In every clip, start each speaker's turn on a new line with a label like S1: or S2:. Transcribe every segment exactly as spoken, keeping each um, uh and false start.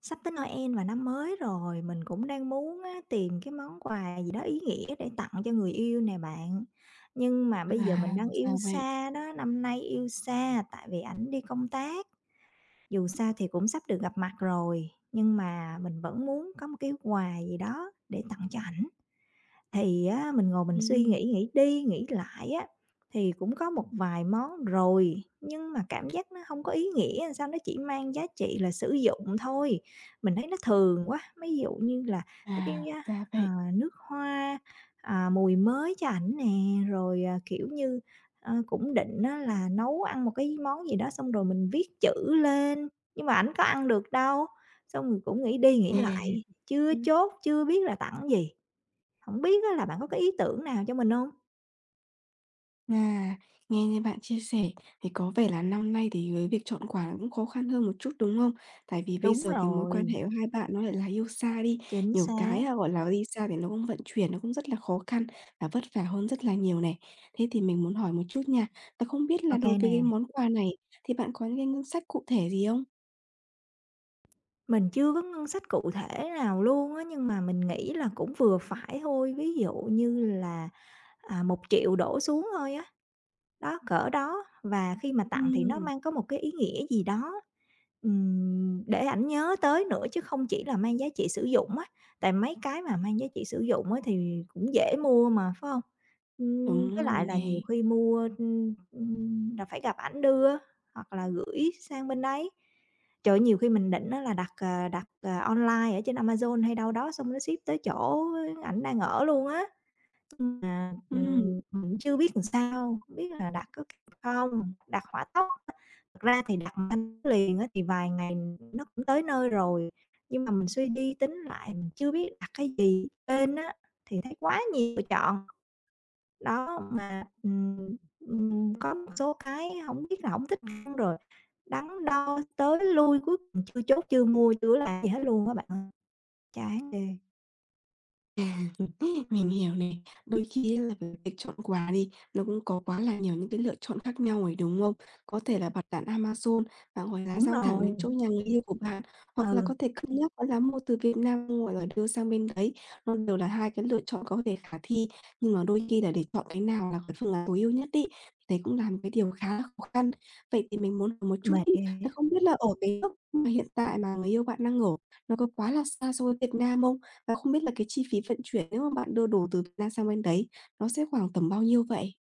S1: Sắp tới Noel và năm mới rồi, mình cũng đang muốn á, tìm cái món quà gì đó ý nghĩa để tặng cho người yêu nè bạn. Nhưng mà bây giờ mình
S2: À,
S1: đang
S2: ra
S1: yêu
S2: vậy.
S1: xa đó, năm nay yêu xa tại vì ảnh đi công tác. Dù sao thì cũng sắp được gặp mặt rồi, nhưng mà mình vẫn muốn có một cái quà gì đó để tặng cho ảnh. Thì á, mình ngồi mình suy
S2: Ừm.
S1: nghĩ, nghĩ đi nghĩ lại á, thì cũng có một vài món rồi, nhưng mà cảm giác nó không có ý nghĩa, sao nó chỉ mang giá trị là sử dụng thôi. Mình thấy nó thường quá, ví dụ như là mấy cái,
S2: À,
S1: a,
S2: ra
S1: ờ,
S2: vậy.
S1: nước hoa, à, mùi mới cho ảnh nè, rồi, à, kiểu như, ờ, cũng định á là nấu ăn một cái món gì đó xong rồi mình viết chữ lên, nhưng mà ảnh có ăn được đâu. Xong rồi cũng nghĩ đi
S2: À,
S1: nghĩ lại,
S2: Ừm.
S1: chưa chốt, chưa biết là tặng gì. Hổng biết á là bạn có cái ý tưởng nào cho mình hông?
S2: À, nghe như bạn chia sẻ thì có vẻ là năm nay thì với việc chọn quà nó cũng khó khăn hơn một chút, đúng không? Tại vì bây
S1: Đúng
S2: giờ cái mối quan
S1: rồi,
S2: hệ của hai bạn nó lại là yêu xa đi,
S1: chính
S2: nhiều cái,
S1: xác.
S2: à, gọi là, đi xa thì nó cũng vận chuyển nó cũng rất là khó khăn và vất vả hơn rất là nhiều này. Thế thì mình muốn hỏi một chút nha, là không biết
S1: Ô
S2: là
S1: kê
S2: đối với
S1: nè,
S2: cái món quà này thì bạn có những cái ngân sách cụ thể gì không?
S1: mình chưa có ngân sách cụ thể nào luôn á, nhưng mà mình nghĩ là cũng vừa phải thôi. Ví dụ như là, à, một nghìn đổ xuống thôi á. Đó, cỡ đó, và khi mà tặng thì nó
S2: Ừm.
S1: mang có một cái ý nghĩa gì đó, ừm, để ảnh nhớ tới nữa chứ không chỉ là mang giá trị sử dụng á, tại mấy cái mà mang giá trị sử dụng á thì cũng dễ mua mà, phải không? Ừm,
S2: Đúng
S1: với
S2: rồi
S1: lại là nhiều
S2: nè.
S1: khi mua, ưm, ưm, là phải gặp ảnh đưa hoặc là gửi sang bên đấy. Trời ơi, nhiều khi mình định á là đặt, ờ, đặt, ờ, online ở trên Amazon hay đâu đó xong nó ship tới chỗ ảnh đang ở luôn á. Mà,
S2: Ừm.
S1: ừm, mình chưa biết làm sao, hông biết là đặt có kịp không, đặt hỏa tốc á. Thật ra thì đặt mà thanh liền á thì vài ngày nó cũng tới nơi rồi, nhưng mà mình suy đi tính lại mình chưa biết đặt cái gì trên á, thì thấy quá nhiều lựa chọn. Đó, mà, ừm, ừm, có một số cái hổng biết là hổng thích ăn rồi đắn đo tới lui, cuối cùng chưa chốt, chưa mua, chưa có làm gì hết luôn á bạn ơi, chán ghê.
S2: À, mình hiểu này. Đôi khi là về việc chọn quà đi, nó cũng có quá là nhiều những cái lựa chọn khác nhau rồi, đúng không? Có thể là bật đạn Amazon và ngoài là
S1: Đúng
S2: giao thẳng đến chỗ
S1: rồi,
S2: nhà người yêu của bạn, hoặc là
S1: ừ,
S2: có thể cân nhắc đó là mua từ Việt Nam rồi là đưa sang bên đấy. Nó đều là hai cái lựa chọn có thể khả thi, nhưng mà đôi khi là để chọn cái nào là cái phương án tối ưu nhất ấy, đấy cũng là một cái điều khá là khó khăn. Vậy thì mình muốn hỏi một chút
S1: mệt
S2: ấy,
S1: ghê.
S2: là không biết là ở cái lúc mà hiện tại mà người yêu bạn đang ở, nó có quá là xa so với Việt Nam không? Và không biết là cái chi phí vận chuyển nếu mà bạn đưa đồ từ Việt Nam sang bên đấy, nó sẽ khoảng tầm bao nhiêu vậy?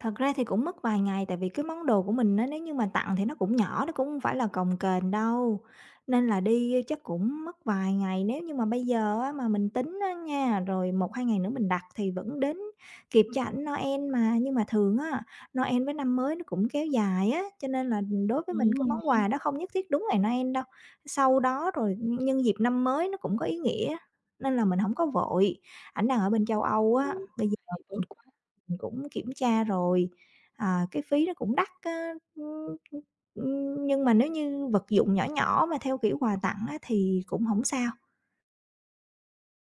S1: Thật ra thì cũng mất vài ngày tại vì cái món đồ của mình á, nếu như mà tặng thì nó cũng nhỏ, nó cũng không phải là cồng kềnh đâu, nên là đi chắc cũng mất vài ngày. Nếu như mà bây giờ á, mà mình tính á nha, rồi một hai ngày nữa mình đặt thì vẫn đến kịp cho ảnh Noel mà. Nhưng mà thường á, Noel với năm mới nó cũng kéo dài á, cho nên là đối với mình
S2: Đúng
S1: cái
S2: rồi
S1: món
S2: nè.
S1: quà đó không nhất thiết đúng ngày Noel đâu. Sau đó rồi nhân dịp năm mới nó cũng có ý nghĩa, nên là mình không có vội. Ảnh đang ở bên châu Âu á,
S2: Ừm,
S1: bây giờ
S2: thì tốt.
S1: mình cũng kiểm tra rồi, à, cái phí nó cũng đắt á, ưm, ưm, ưm, nhưng mà nếu như vật dụng nhỏ nhỏ mà theo kiểu quà tặng á thì cũng hổng sao.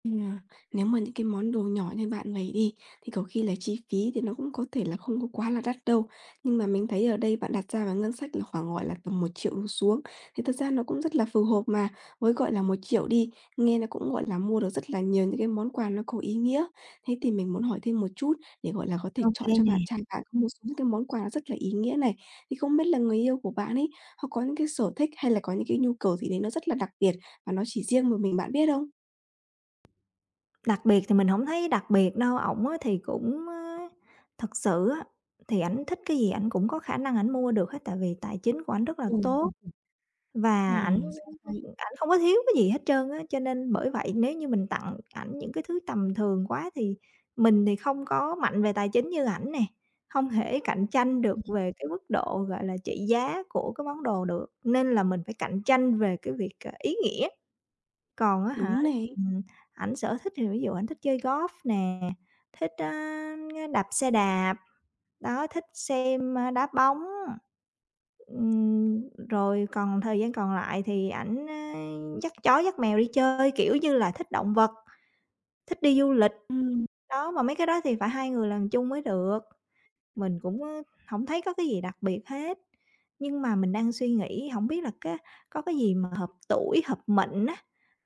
S2: Ừm, à, nếu mà những cái món đồ nhỏ như bạn vậy đi, thì có khi là chi phí thì nó cũng có thể là không có quá là đắt đâu. Nhưng mà mình thấy ở đây bạn đặt ra vào ngân sách là khoảng, gọi là, tầm một triệu đổ xuống, thì thật ra nó cũng rất là phù hợp mà. Với, gọi là, một triệu đi, nghe nó cũng, gọi là, mua được rất là nhiều những cái món quà nó có ý nghĩa. Thế thì mình muốn hỏi thêm một chút để, gọi là, có thể
S1: Ô
S2: chọn
S1: kê
S2: cho
S1: nè.
S2: bạn trai bạn có một số những cái món quà nó rất là ý nghĩa này. Thì không biết là người yêu của bạn ấy, họ có những cái sở thích hay là có những cái nhu cầu gì đấy nó rất là đặc biệt và nó chỉ riêng một mình bạn biết không?
S1: Đặc biệt thì mình hổng thấy đặc biệt đâu, ổng á thì cũng á thật sự á, thì ảnh thích cái gì ảnh cũng có khả năng ảnh mua được hết, tại vì tài chính của ảnh rất là tốt.
S2: Ừm. Ờ,
S1: Và ảnh
S2: ra vậy.
S1: ảnh không có thiếu cái gì hết trơn á, cho nên bởi vậy nếu như mình tặng ảnh những cái thứ tầm thường quá thì mình thì không có mạnh về tài chính như ảnh nè, không thể cạnh tranh được
S2: Ừm,
S1: về cái mức độ, gọi là, trị giá của cái món đồ được, nên là mình phải cạnh tranh về cái việc, ờ, ý nghĩa. Còn á hả,
S2: đúng này.
S1: ừm, ảnh sở thích thì ví dụ ảnh thích chơi golf nè, thích, a, đạp xe đạp, đó, thích xem, a, đá bóng. Ừm, rồi còn thời gian còn lại thì ảnh, a, dắt chó dắt mèo đi chơi, kiểu như là, thích động vật, thích đi du lịch.
S2: Ừm.
S1: Đó, mà mấy cái đó thì phải hai người làm chung mới được. Mình cũng, ơ, hổng thấy có cái gì đặc biệt hết, nhưng mà mình đang suy nghĩ không biết là cái có cái gì mà hợp tuổi, hợp mệnh á,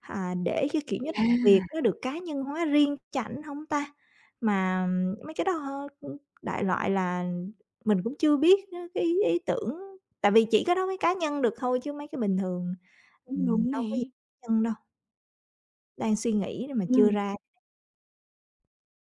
S1: à, để cái, kiểu như là,
S2: À.
S1: việc nó được cá nhân hóa riêng cho không ta? Mà ừm, mấy cái đó hơ, đại loại là mình cũng chưa biết á cái ý ý tưởng, tại vì chỉ có đó mới cá nhân được thôi chứ mấy cái bình thường,
S2: Cũng
S1: ừm,
S2: đúng
S1: đâu có gì
S2: này.
S1: cá nhân đâu, đang suy nghĩ mà chưa
S2: Ừm.
S1: ra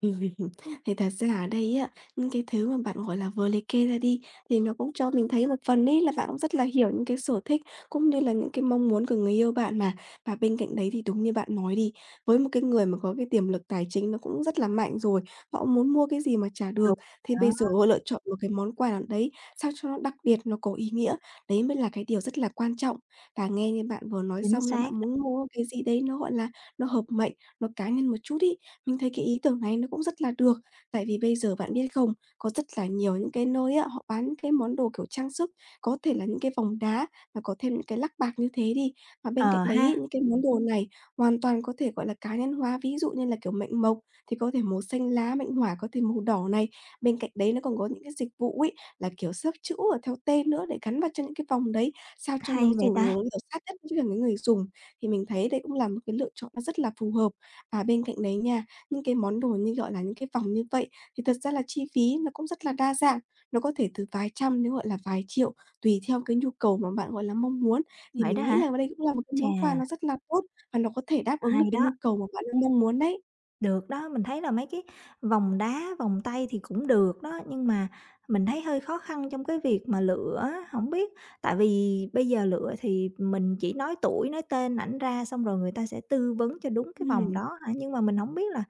S2: Ừm, thì thật ra ở đây á, những cái thứ mà bạn, gọi là, vừa liệt kê ra đi thì nó cũng cho mình thấy một phần ấy là bạn cũng rất là hiểu những cái sở thích cũng như là những cái mong muốn của người yêu bạn mà. Và bên cạnh đấy thì đúng như bạn nói đi, với một cái người mà có cái tiềm lực tài chính nó cũng rất là mạnh rồi, họ muốn mua cái gì mà trả được,
S1: đúng,
S2: thì bây
S1: đó,
S2: giờ họ lựa chọn một cái món quà nào đấy sao cho nó đặc biệt, nó có ý nghĩa, đấy mới là cái điều rất là quan trọng. Và nghe như bạn vừa nói
S1: chính
S2: xong là bạn
S1: xác. Đó.
S2: muốn mua cái gì đấy nó, gọi là, nó hợp mệnh, nó cá nhân một chút ấy, mình thấy cái ý tưởng này nó cũng rất là được, tại vì bây giờ bạn biết không, có rất là nhiều những cái nơi á, họ bán những cái món đồ kiểu trang sức, có thể là những cái vòng đá và có thêm những cái lắc bạc như thế đi. Và bên cạnh
S1: Ờ
S2: đấy
S1: ha,
S2: ấy, những cái món đồ này hoàn toàn có thể, gọi là, cá nhân hóa, ví dụ như là kiểu mệnh mộc thì có thể màu xanh lá, mệnh hỏa có thể màu đỏ này. Bên cạnh đấy nó còn có những cái dịch vụ ấy, là kiểu xếp chữ ở theo tên nữa để gắn vào trên những cái vòng đấy, sao cho nó
S1: hay vậy
S2: dù
S1: ta,
S2: nó kiểu sát nhất với cả cái người dùng. Thì mình thấy đây cũng là một cái lựa chọn nó rất là phù hợp. À, bên cạnh đấy nha, những cái món đồ như, gọi là, những cái vòng như vậy thì thật ra là chi phí nó cũng rất là đa dạng, nó có thể từ vài trăm đến, gọi là, vài triệu, tùy theo cái nhu cầu mà bạn, gọi là, mong muốn. Thì
S1: vậy
S2: mình
S1: đó
S2: nghĩ
S1: hả?
S2: là đây cũng là một cái
S1: Chà,
S2: món quà nó rất là tốt và nó có thể đáp ứng được
S1: hay
S2: cái
S1: đó.
S2: nhu cầu mà bạn đang mong muốn đấy.
S1: Được đó, mình thấy là mấy cái vòng đá, vòng tay thì cũng được đó, nhưng mà mình thấy hơi khó khăn trong cái việc mà lựa á, hổng biết tại vì bây giờ lựa thì mình chỉ nói tuổi, nói tên ảnh ra xong rồi người ta sẽ tư vấn cho đúng cái vòng
S2: Ừm.
S1: đó hả? Nhưng mà mình hổng biết là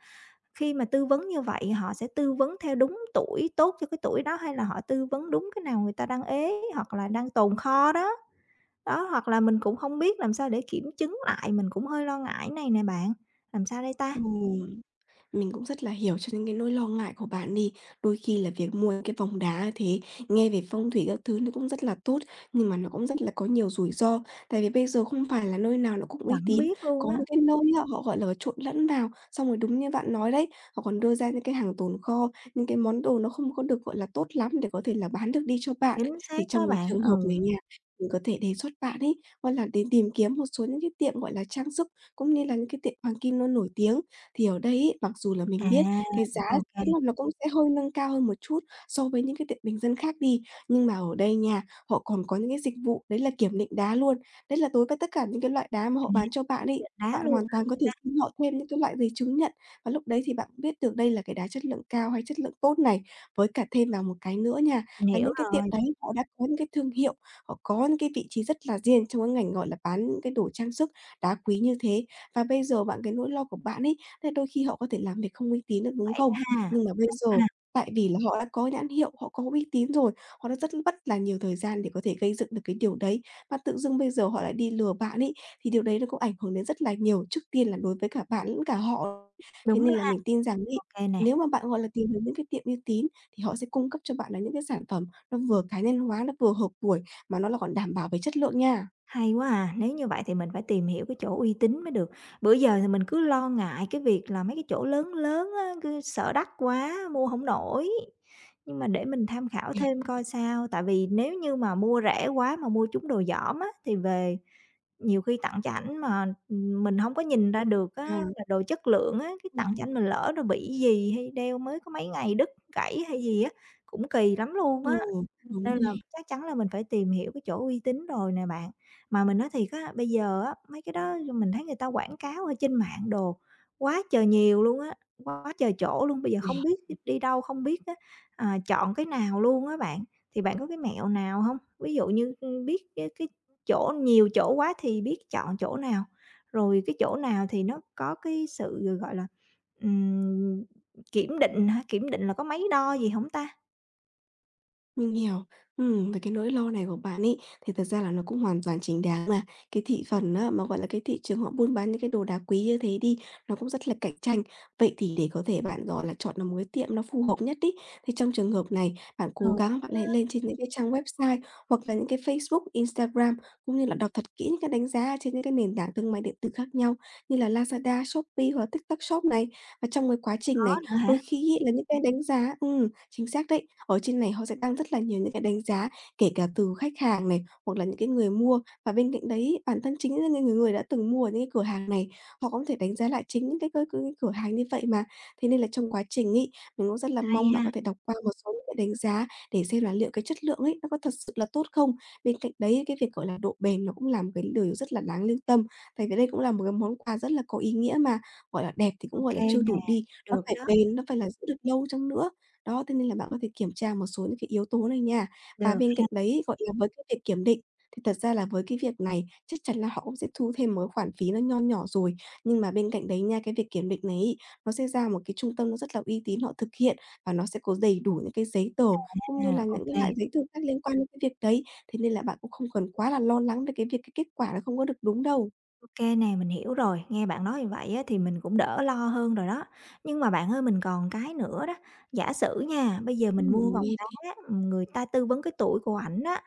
S1: khi mà tư vấn như vậy họ sẽ tư vấn theo đúng tuổi tốt cho cái tuổi đó hay là họ tư vấn đúng cái nào người ta đang ế hoặc là đang tồn kho đó. Đó, hoặc là mình cũng hông biết làm sao để kiểm chứng lại, mình cũng hơi lo ngại này nè bạn. Làm sao đây ta?
S2: Ừ. Mình cũng rất là hiểu cho những cái nỗi lo ngại của bạn đi. Đôi khi là việc mua những cái vòng đá thế, nghe về phong thủy các thứ nó cũng rất là tốt, nhưng mà nó cũng rất là có nhiều rủi ro. Tại vì bây giờ không phải là nơi nào nó cũng uy
S1: Chẳng
S2: tín,
S1: biết luôn
S2: có
S1: á.
S2: những cái nơi á, họ, gọi là, trộn lẫn vào, xong rồi đúng như bạn nói đấy, họ còn đưa ra những cái hàng tồn kho, những cái món đồ nó không có được, gọi là, tốt lắm để có thể là bán được đi cho bạn.
S1: Chính xác
S2: Thì trong
S1: đó
S2: cái
S1: bạn,
S2: trường hợp
S1: ừ.
S2: này nha, mình có thể đề xuất bạn ấy, gọi là, đến tìm kiếm một số những cái tiệm, gọi là, trang sức cũng như là những cái tiệm hoàng kim nó nổi tiếng. Thì ở đây ấy, mặc dù là
S1: À,
S2: mình biết cái giá
S1: ô
S2: sẽ
S1: kê,
S2: là nó cũng sẽ hơi nâng cao hơn một chút so với những cái tiệm bình dân khác đi, nhưng mà ở đây nha, họ còn có những cái dịch vụ đấy là kiểm định đá luôn. Đấy là đối với tất cả những cái loại đá mà họ
S1: a,
S2: bán cho bạn
S1: kiểm
S2: ấy,
S1: định đá
S2: bạn
S1: luôn,
S2: hoàn toàn có thể xin họ thêm những cái loại giấy chứng nhận và lúc đấy thì bạn cũng biết được đây là cái đá chất lượng cao hay chất lượng tốt này. Với cả thêm vào một cái nữa nha,
S1: mình
S2: là
S1: hiểu
S2: những cái tiệm
S1: rồi.
S2: đấy họ đã có những cái thương hiệu, họ có những cái vị trí rất là riêng trong cái ngành, gọi là, bán những cái đồ trang sức đá quý như thế. Và bây giờ bạn cái nỗi lo của bạn ấy, thế đôi khi họ có thể làm việc không uy tín được, đúng không?
S1: Ha,
S2: Nhưng mà bây giờ
S1: ha,
S2: tại vì là họ đã có nhãn hiệu, họ có uy tín rồi, họ đã rất mất là nhiều thời gian để có thể gây dựng được cái điều đấy, mà tự dưng bây giờ họ lại đi lừa bạn ấy, thì điều đấy nó cũng ảnh hưởng đến rất là nhiều, trước tiên là đối với cả bạn lẫn cả họ. Thế
S1: đúng
S2: nên
S1: đó
S2: là
S1: ha,
S2: mình tin rằng ấy,
S1: ô kê nè.
S2: nếu mà bạn, gọi là, tìm được những cái tiệm uy tín thì họ sẽ cung cấp cho bạn là những cái sản phẩm nó vừa cá nhân hóa, nó vừa hợp tuổi, mà nó là còn đảm bảo về chất lượng nha.
S1: Hay quá à, nếu như vậy thì mình phải tìm hiểu cái chỗ uy tín mới được. Bữa giờ thì mình cứ lo ngại cái việc là mấy cái chỗ lớn lớn á, cứ sợ đắt quá, mua không nổi. Nhưng mà để mình tham khảo thêm coi sao, tại vì nếu như mà mua rẻ quá mà mua trúng đồ dỏm á, thì về nhiều khi tặng cho ảnh mà, mình không có nhìn ra được
S2: À.
S1: á là đồ chất lượng á, cái tặng cho
S2: Ừm.
S1: ảnh mình lỡ nó bị gì hay đeo mới có mấy ngày đứt, gãy hay gì á, cũng kỳ lắm luôn
S2: Ừ,
S1: á.
S2: đúng
S1: Nên là
S2: này.
S1: chắc chắn là mình phải tìm hiểu cái chỗ uy tín rồi nè bạn. Mà mình nói thiệt á, bây giờ á, mấy cái đó mình thấy người ta quảng cáo ở trên mạng đồ quá trời nhiều luôn á, quá trời chỗ luôn, bây giờ không biết đi đâu, không biết á, à, chọn cái nào luôn á bạn. Thì bạn có cái mẹo nào không? Ví dụ như, ưm, biết cái cái chỗ nhiều chỗ quá thì biết chọn chỗ nào, rồi cái chỗ nào thì nó có cái sự, gọi là, ừm, kiểm định hả? Kiểm định là có máy đo gì không ta?
S2: Mình hiểu. Ừm, về cái nỗi lo này của bạn ấy, thì thật ra là nó cũng hoàn toàn chính đáng mà. Cái thị phần á, mà, gọi là, cái thị trường họ buôn bán những cái đồ đá quý như thế đi, nó cũng rất là cạnh tranh. Vậy thì để có thể bạn, gọi là, chọn được một cái tiệm nó phù hợp nhất ấy, thì trong trường hợp này bạn
S1: Ừ,
S2: cố
S1: đúng
S2: gắng bạn hãy lên trên những cái trang website hoặc là những cái Facebook, Instagram, cũng như là đọc thật kỹ những cái đánh giá trên những cái nền tảng thương mại điện tử khác nhau như là Lazada, Shopee hoặc là TikTok Shop này. Và trong cái quá trình này,
S1: nữa hả?
S2: đôi khi ấy là những cái đánh giá ừm, chính xác đấy. Ở trên này họ sẽ đăng rất là nhiều những cái đánh giá, kể cả từ khách hàng này, hoặc là những cái người mua. Và bên cạnh đấy, ấy, bản thân chính là những người người đã từng mua ở những cái cửa hàng này, họ cũng có thể đánh giá lại chính những cái cơ cửa cửa hàng như vậy mà. Thế nên là trong quá trình ấy, mình cũng rất là mong
S1: Hay
S2: bạn
S1: ha,
S2: có thể đọc qua một số những cái đánh giá để xem là liệu cái chất lượng ấy, nó có thật sự là tốt không? Bên cạnh đấy, cái việc, gọi là, độ bền nó cũng là một cái điều rất là đáng lưu tâm, tại vì đây cũng là một cái món quà rất là có ý nghĩa mà. Gọi là, đẹp thì cũng,
S1: ok
S2: gọi là, chưa
S1: nè,
S2: đủ đi, nó
S1: được
S2: phải
S1: đó,
S2: bền, nó phải là giữ được lâu chăng nữa. Đó, thế nên là bạn có thể kiểm tra một số những cái yếu tố này nha. Và
S1: được
S2: bên cạnh đấy, gọi là, với cái việc kiểm định thì thật ra là với cái việc này chắc chắn là họ cũng sẽ thu thêm một cái khoản phí nó nho nhỏ rồi. Nhưng mà bên cạnh đấy nha, cái việc kiểm định này ấy, nó sẽ ra một cái trung tâm nó rất là uy tín họ thực hiện và nó sẽ có đầy đủ những cái giấy tờ cũng như
S1: ha,
S2: là những
S1: ok
S2: cái
S1: kê,
S2: loại giấy tờ khác liên quan đến cái việc đấy. Thế nên là bạn cũng không cần quá là lo lắng về cái việc cái kết quả nó không có được đúng đâu.
S1: nè, mình hiểu rồi. Nghe bạn nói như vậy á thì mình cũng đỡ lo hơn rồi đó. Nhưng mà bạn ơi, mình còn cái nữa đó, giả sử nha, bây giờ mình
S2: Ừm,
S1: mua
S2: mình
S1: vòng
S2: nghe đây.
S1: đá, ừm, người ta tư vấn cái tuổi của ảnh á,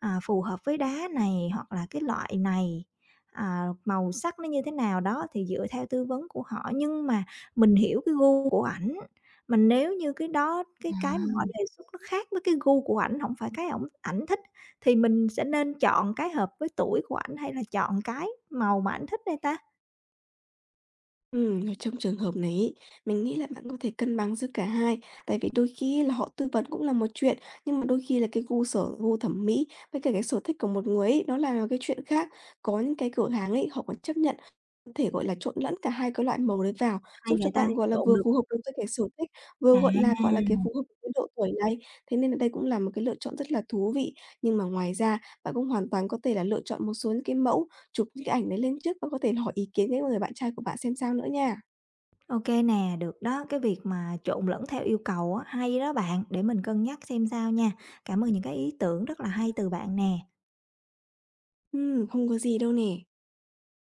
S1: à, phù hợp với đá này hoặc là cái loại này, à, màu sắc nó như thế nào đó thì dựa theo tư vấn của họ. Nhưng mà mình hiểu cái gu của ảnh, mà nếu như cái đó cái cái mà
S2: À.
S1: họ đề xuất nó khác với cái gu của ảnh, không phải cái ổng ảnh thích thì mình sẽ nên chọn cái hợp với tuổi của ảnh hay là chọn cái màu mà ảnh thích đây ta?
S2: Ừm, ở trong trường hợp này ấy, mình nghĩ là bạn có thể cân bằng giữa cả hai, tại vì đôi khi là họ tư vấn cũng là một chuyện, nhưng mà đôi khi là cái gu sở gu thẩm mỹ với cả cái sở thích của một người ấy, nó là cái chuyện khác. Có những cái cửa hàng ấy, họ còn chấp nhận có thể, gọi là, trộn lẫn cả hai cái loại màu đấy vào,
S1: Hay
S2: giúp cho
S1: vậy ta,
S2: bạn, gọi là,
S1: trộn
S2: vừa
S1: được
S2: phù hợp được với cái sở thích, vừa,
S1: à.
S2: gọi là, gọi là, cái phù hợp với cái độ tuổi này. Thế nên là đây cũng là một cái lựa chọn rất là thú vị. Nhưng mà ngoài ra, bạn cũng hoàn toàn có thể là lựa chọn một số những cái mẫu. Chụp những cái ảnh đấy lên trước và có thể hỏi ý kiến cái người bạn trai của bạn xem sao nữa nha.
S1: OK nè, được đó, cái việc mà trộn lẫn theo yêu cầu á, hay đó bạn, để mình cân nhắc xem sao nha. Cảm ơn những cái ý tưởng rất là hay từ bạn nè.
S2: Ừm, không có gì đâu nè.